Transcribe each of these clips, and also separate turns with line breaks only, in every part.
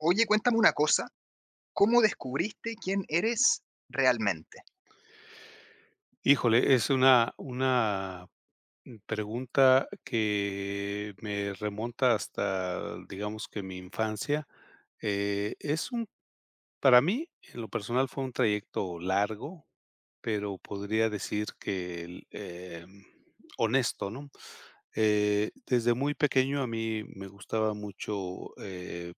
Oye, cuéntame una cosa, ¿cómo descubriste quién eres realmente?
Híjole, es una pregunta que me remonta hasta, digamos que mi infancia. Es un Para mí, en lo personal, fue un trayecto largo, pero podría decir que el honesto, ¿no? Desde muy pequeño a mí me gustaba mucho, eh,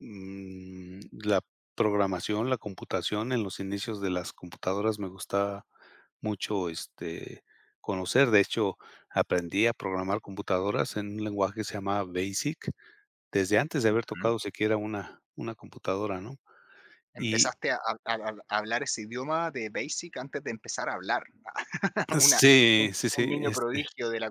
mm, la programación, la computación. En los inicios de las computadoras me gustaba mucho, conocer. De hecho, aprendí a programar computadoras en un lenguaje que se llamaba BASIC, desde antes de haber
Ujú.
tocado siquiera una computadora, ¿no? Y
¿Empezaste a a a hablar ese idioma de BASIC antes de empezar a hablar? Una
Sí,
un
sí,
un
sí,
niño prodigio de la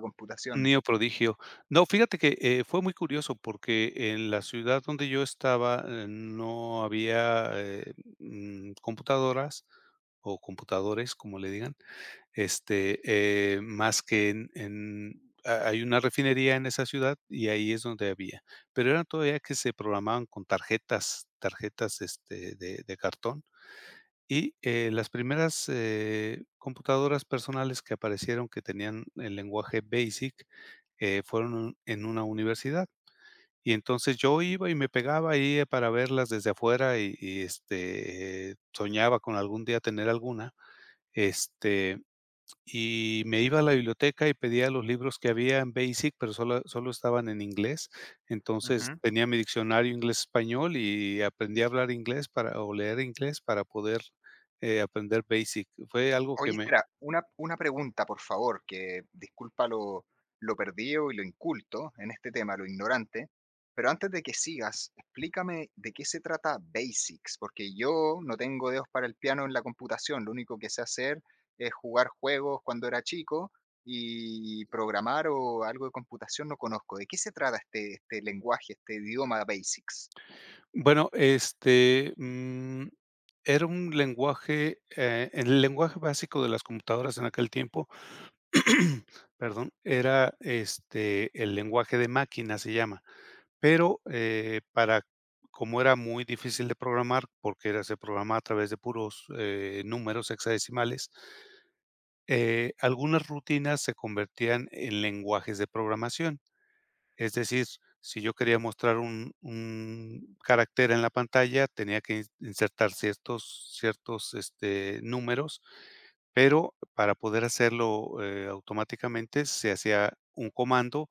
un
computación.
niño prodigio. No, fíjate que, fue muy curioso porque en la ciudad donde yo estaba, no había, computadoras o computadores, como le digan, este, más que en ha hay una refinería en esa ciudad y ahí es donde había, pero eran todavía que se programaban con tarjetas, de cartón. Y, las primeras, computadoras personales que aparecieron que tenían el lenguaje BASIC, fueron en una universidad. Y entonces yo iba y me pegaba ahí para verlas desde afuera y soñaba con algún día tener alguna, este y me iba a la biblioteca y pedía los libros que había en Basic, pero solo estaban en inglés. Entonces,
Ujú.
tenía mi diccionario inglés-español y aprendí a hablar inglés para o leer inglés para poder aprender Basic. Fue algo que
Oye,
me
espera, una pregunta, por favor, que disculpa lo perdido y lo inculto en este tema, lo ignorante, pero antes de que sigas, explícame de qué se trata Basics, porque yo no tengo dedos para el piano en la computación, lo único que sé hacer es jugar juegos cuando era chico y programar o algo de computación no conozco. ¿De qué se trata este lenguaje, este idioma Basics?
Bueno, era un lenguaje, el lenguaje básico de las computadoras en aquel tiempo, perdón, era, el lenguaje de máquina se llama. Pero, para como era muy difícil de programar, porque era se programaba a través de puros, números hexadecimales, algunas rutinas se convertían en lenguajes de programación. Es decir, si yo quería mostrar un carácter en la pantalla, tenía que insertar ciertos números, pero para poder hacerlo, automáticamente se hacía un comando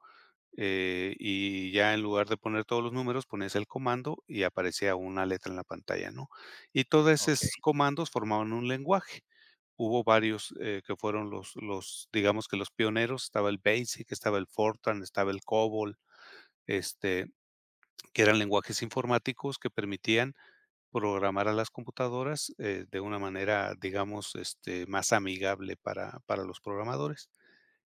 y ya en lugar de poner todos los números, ponías el comando y aparecía una letra en la pantalla, ¿no? Y todos
Ok.
esos comandos formaban un lenguaje. Hubo varios que fueron digamos que los pioneros, estaba el BASIC, estaba el FORTRAN, estaba el COBOL, este, que eran lenguajes informáticos que permitían programar a las computadoras de una manera, digamos, más amigable para los programadores.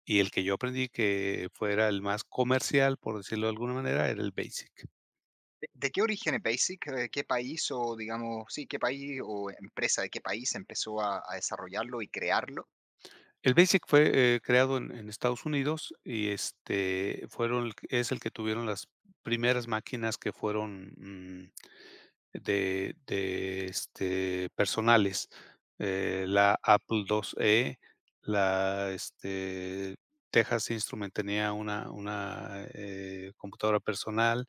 Y el que yo aprendí que fuera el más comercial, por decirlo de alguna manera, era el BASIC.
¿De qué origen es Basic? ¿Qué país o, digamos, sí, qué país o empresa de qué país empezó a desarrollarlo y crearlo?
El BASIC fue, creado en Estados Unidos y, fueron es el que tuvieron las primeras máquinas que fueron, de personales, la Apple IIe, la, este, Texas Instrument tenía una computadora personal,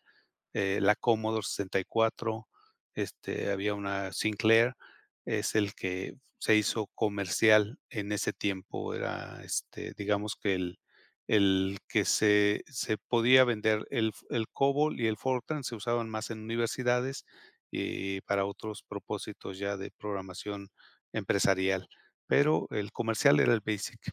la Commodore 64, había una Sinclair, es el que se hizo comercial en ese tiempo, era, digamos que el que se podía vender, el COBOL y el Fortran se usaban más en universidades y para otros propósitos ya de programación empresarial, pero el comercial era el BASIC.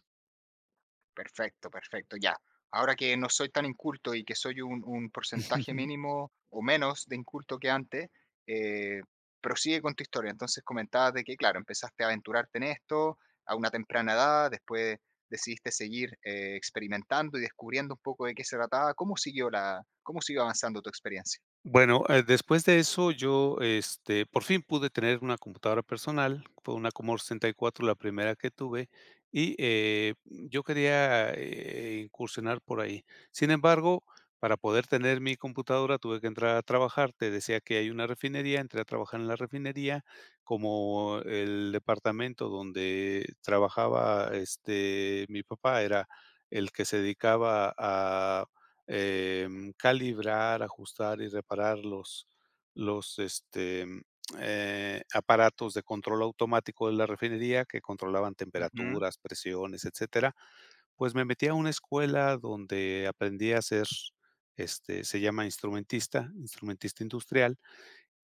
Perfecto, perfecto, ya. Ahora que no soy tan inculto y que soy un porcentaje mínimo o menos de inculto que antes, eh, prosigue con tu historia. Entonces comentabas de que, claro, empezaste a aventurarte en esto a una temprana edad, después decidiste seguir experimentando y descubriendo un poco de qué se trataba. ¿Cómo siguió cómo siguió avanzando tu experiencia?
Bueno, después de eso yo, por fin pude tener una computadora personal, fue una Commodore 64 la primera que tuve y, yo quería, incursionar por ahí. Sin embargo, para poder tener mi computadora tuve que entrar a trabajar, te decía que hay una refinería, entré a trabajar en la refinería, como el departamento donde trabajaba, mi papá era el que se dedicaba a calibrar, ajustar y reparar los los, este, em, aparatos de control automático de la refinería que controlaban
Ujú.
temperaturas, presiones, etcétera, pues me metí a una escuela donde aprendí a ser, se llama instrumentista, instrumentista industrial,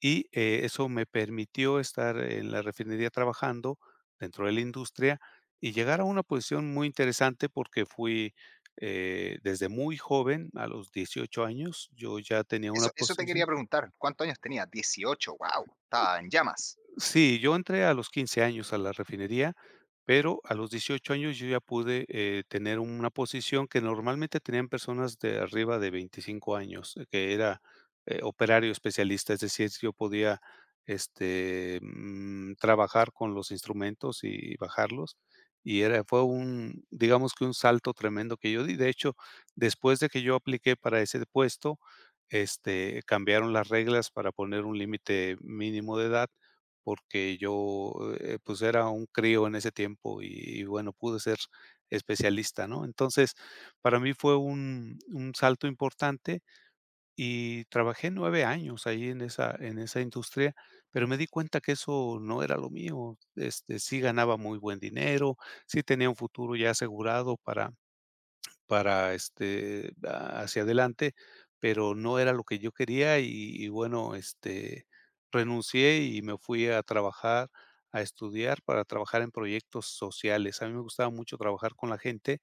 y, eso me permitió estar en la refinería trabajando dentro de la industria y llegar a una posición muy interesante porque fui, desde muy joven, a los 18 años, yo ya tenía una
Eso te
posición.
quería preguntar, ¿cuántos años tenías? 18, wow, estaba en llamas.
Sí, yo entré a los 15 años a la refinería, pero a los 18 años yo ya pude, tener una posición que normalmente tenían personas de arriba de 25 años, que era, operario especialista, es decir, yo podía, trabajar con los instrumentos y bajarlos, y era fue un, digamos que un salto tremendo que yo di. De hecho, después de que yo apliqué para ese puesto, cambiaron las reglas para poner un límite mínimo de edad porque yo, pues, era un crío en ese tiempo y bueno, pude ser especialista, ¿no? Entonces, para mí fue un salto importante y trabajé 9 años ahí en esa industria, pero me di cuenta que eso no era lo mío. Este, sí ganaba muy buen dinero, sí tenía un futuro ya asegurado para hacia adelante, pero no era lo que yo quería y bueno, renuncié y me fui a trabajar, a estudiar para trabajar en proyectos sociales. A mí me gustaba mucho trabajar con la gente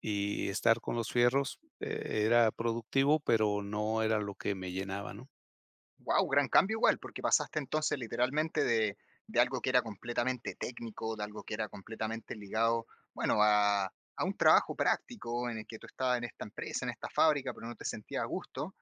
y estar con los fierros, era productivo, pero no era lo que me llenaba, ¿no?
Wow, gran cambio igual, porque pasaste entonces literalmente de algo que era completamente técnico, de algo que era completamente ligado, bueno, a un trabajo práctico en el que tú estabas en esta empresa, en esta fábrica, pero no te sentías a gusto.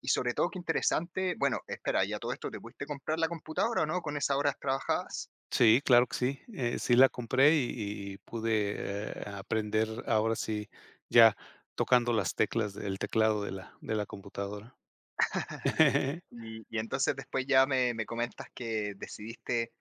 Y sobre todo, qué interesante, bueno, espera, ya todo esto, ¿te pudiste comprar la computadora o no con esas horas trabajadas?
Sí, claro que sí, sí la compré y pude, aprender ahora sí, ya tocando las teclas del teclado de la computadora.
Y entonces después ya me comentas que decidiste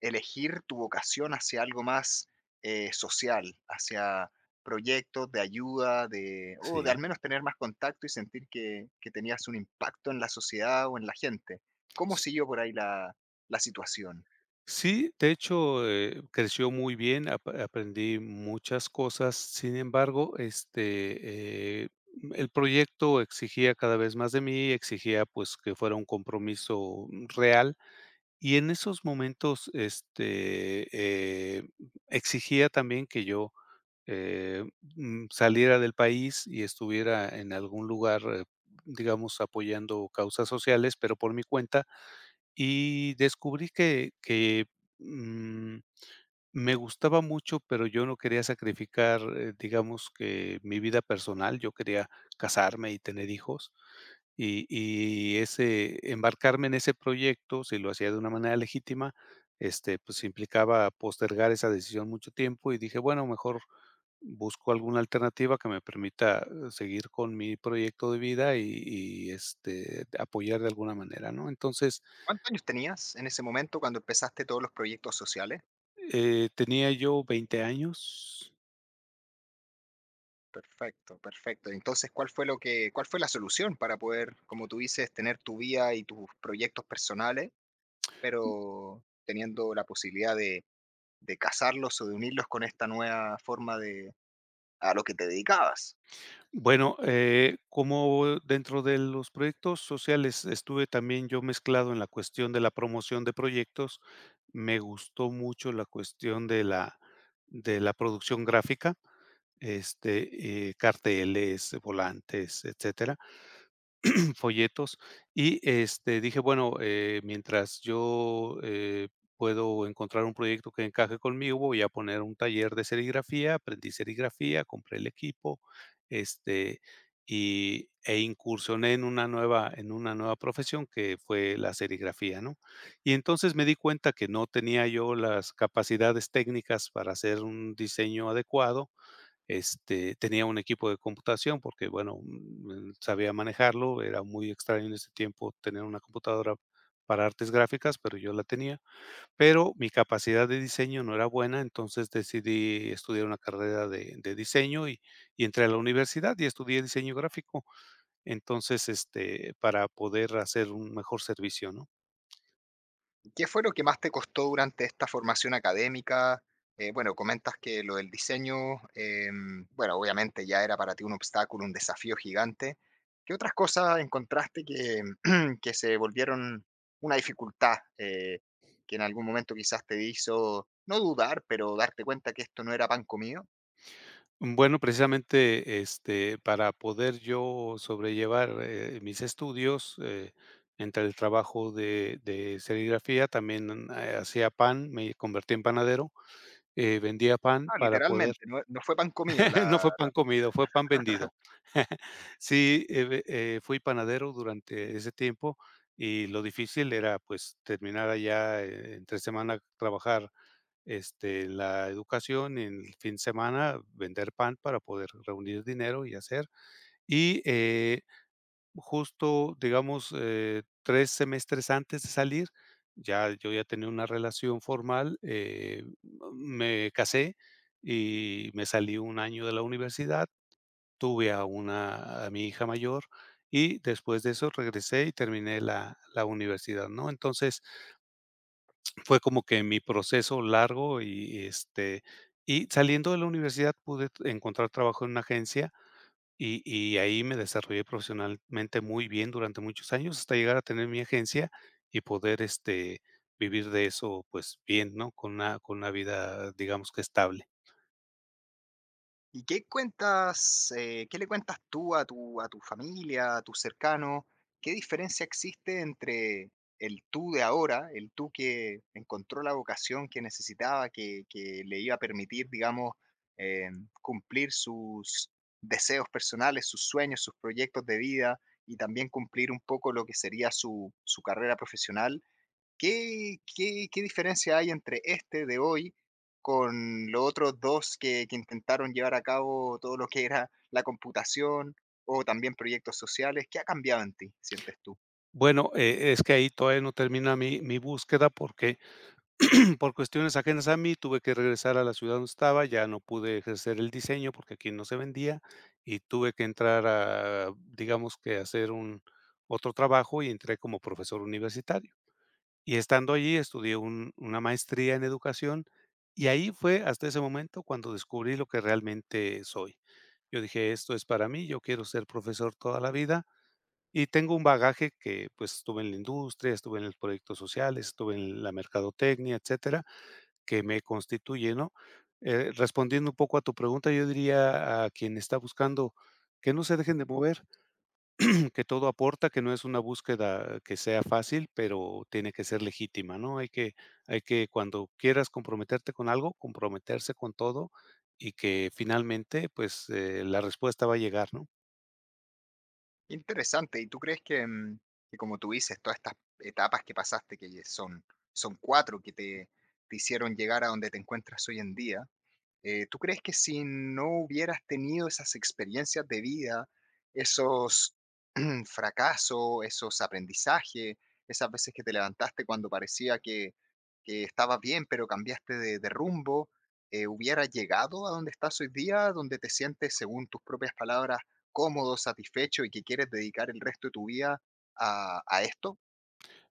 elegir tu vocación hacia algo más social, hacia proyectos de ayuda, de, o de al
Sí.
menos tener más contacto y sentir que tenías un impacto en la sociedad o en la gente. ¿Cómo
S
siguió por ahí la situación?
Sí, de hecho, creció muy bien, apa aprendí muchas cosas. Sin embargo, el proyecto exigía cada vez más de mí, exigía, pues, que fuera un compromiso real. Y en esos momentos, eh, exigía también que yo, saliera del país y estuviera en algún lugar, digamos, apoyando causas sociales, pero por mi cuenta. Y descubrí que, mm, me gustaba mucho, pero yo no quería sacrificar, digamos que mi vida personal, yo quería casarme y tener hijos, y ese embarcarme en ese proyecto, si lo hacía de una manera legítima, pues, implicaba postergar esa decisión mucho tiempo, y dije: "Bueno, mejor busco alguna alternativa que me permita, seguir con mi proyecto de vida y y apoyar de alguna manera", ¿no?
¿Cuántos años tenías en ese momento cuando empezaste todos los proyectos sociales?
Tenía yo 20 años.
Perfecto, perfecto. Entonces, ¿cuál fue lo cuál fue la solución para poder, como tú dices, tener tu vida y tus proyectos personales, pero teniendo la posibilidad de casarlos o de unirlos con esta nueva forma de a lo que te dedicabas.
Bueno, como dentro de los proyectos sociales estuve también yo mezclado en la cuestión de la promoción de proyectos, me gustó mucho la cuestión de de la producción gráfica, carteles, volantes, etcétera. Folletos y, dije, bueno, mientras yo, puedo encontrar un proyecto que encaje conmigo, voy a poner un taller de serigrafía, aprendí serigrafía, compré el equipo, este, y e incursioné en una nueva profesión que fue la serigrafía, ¿no? Y entonces me di cuenta que no tenía yo las capacidades técnicas para hacer un diseño adecuado. Tenía un equipo de computación porque, bueno, sabía manejarlo, era muy extraño en ese tiempo tener una computadora para artes gráficas, pero yo la tenía, pero mi capacidad de diseño no era buena, entonces decidí estudiar una carrera de diseño y entré a la universidad y estudié diseño gráfico, entonces, para poder hacer un mejor servicio, ¿no?
¿Qué fue lo que más te costó durante esta formación académica? Bueno, comentas que lo del diseño, em, bueno, obviamente ya era para ti un obstáculo, un desafío gigante. ¿Qué otras cosas encontraste que se volvieron una dificultad que en algún momento quizás te hizo no dudar, pero darte cuenta que esto no era pan comido?
Bueno, precisamente, para poder yo sobrellevar, mis estudios, entre el trabajo de serigrafía, también, hacía pan, me convertí en panadero, vendía pan
Ah,
para poder.
literalmente, no, no fue pan comido
No
la.
fue pan comido, fue pan vendido. Sí, ve fui panadero durante ese tiempo y lo difícil era, pues, terminar allá entre semana, trabajar la educación, en el fin de semana vender pan para poder reunir dinero y hacer. Y justo, digamos, tres semestres antes de salir, ya yo ya tenía una relación formal, me casé y me salí un año de la universidad, tuve a a mi hija mayor. Y después de eso regresé y terminé la universidad, ¿no? Entonces, fue como que mi proceso largo y, y saliendo de la universidad pude encontrar trabajo en una agencia y ahí me desarrollé profesionalmente muy bien durante muchos años hasta llegar a tener mi agencia y poder, vivir de eso, pues, bien, ¿no? Con una vida, digamos que estable.
¿Y qué cuentas, qué le cuentas tú a tu familia, a tus cercanos? ¿Qué diferencia existe entre el tú de ahora, el tú que encontró la vocación que necesitaba, que le iba a permitir, digamos, eh, cumplir sus deseos personales, sus sueños, sus proyectos de vida y también cumplir un poco lo que sería su carrera profesional? ¿Qué diferencia hay entre este de hoy con los otros 2 que intentaron llevar a cabo todo lo que era la computación o también proyectos sociales? ¿Qué ha cambiado en ti, sientes tú?
Bueno, es que ahí todavía no termina mi búsqueda porque por cuestiones ajenas a mí, tuve que regresar a la ciudad donde estaba, ya no pude ejercer el diseño porque aquí no se vendía y tuve que entrar a, digamos que hacer un otro trabajo y entré como profesor universitario. Y estando allí estudié una maestría en educación y ahí fue hasta ese momento cuando descubrí lo que realmente soy. Yo dije, esto es para mí, yo quiero ser profesor toda la vida y tengo un bagaje que pues estuve en la industria, estuve en los proyectos sociales, estuve en la mercadotecnia, etcétera que me constituye, ¿no? Respondiendo un poco a tu pregunta, yo diría a quien está buscando que no se dejen de mover, que todo aporta, que no es una búsqueda que sea fácil, pero tiene que ser legítima, ¿no? Hay que cuando quieras comprometerte con algo, comprometerse con todo y que finalmente, pues, la respuesta va a llegar, ¿no?
Interesante, ¿y tú crees que, que como tú dices, todas estas etapas que pasaste, que son 4 que te hicieron llegar a donde te encuentras hoy en día? ¿Tú crees que si no hubieras tenido esas experiencias de vida, esos fracasos, esos aprendizajes, esas veces que te levantaste cuando parecía que estabas bien, pero cambiaste de rumbo, hubieras llegado a donde estás hoy día, donde te sientes, según tus propias palabras, cómodo, satisfecho y que quieres dedicar el resto de tu vida a esto?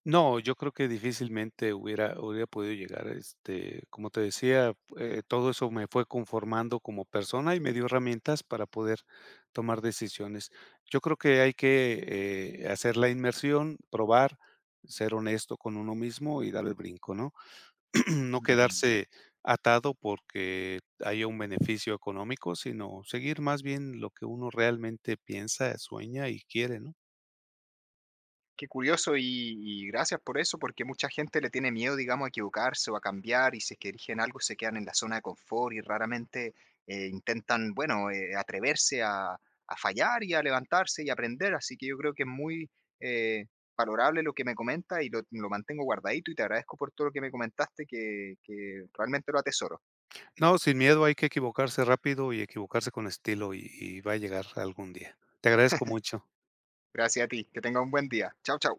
No, yo creo que difícilmente hubiera podido llegar, como te decía, todo eso me fue conformando como persona y me dio herramientas para poder tomar decisiones. Yo creo que hay que, hacer la inmersión, probar, ser honesto con uno mismo y dar el brinco, ¿no? No quedarse atado porque haya un beneficio económico, sino seguir más bien lo que uno realmente piensa, sueña y quiere, ¿no?
Qué curioso y gracias por eso, porque mucha gente le tiene miedo, digamos, a equivocarse o a cambiar y si es que eligen algo se quedan en la zona de confort y raramente intentan, bueno, atreverse a fallar y a levantarse y aprender. Así que yo creo que es muy eh, valorable lo que me comenta y lo mantengo guardadito y te agradezco por todo lo que me comentaste, que realmente lo atesoro.
No, sin miedo hay que equivocarse rápido y equivocarse con estilo y va a llegar algún día. Te agradezco mucho.
Gracias a ti, que tenga un buen día. Chao, chao.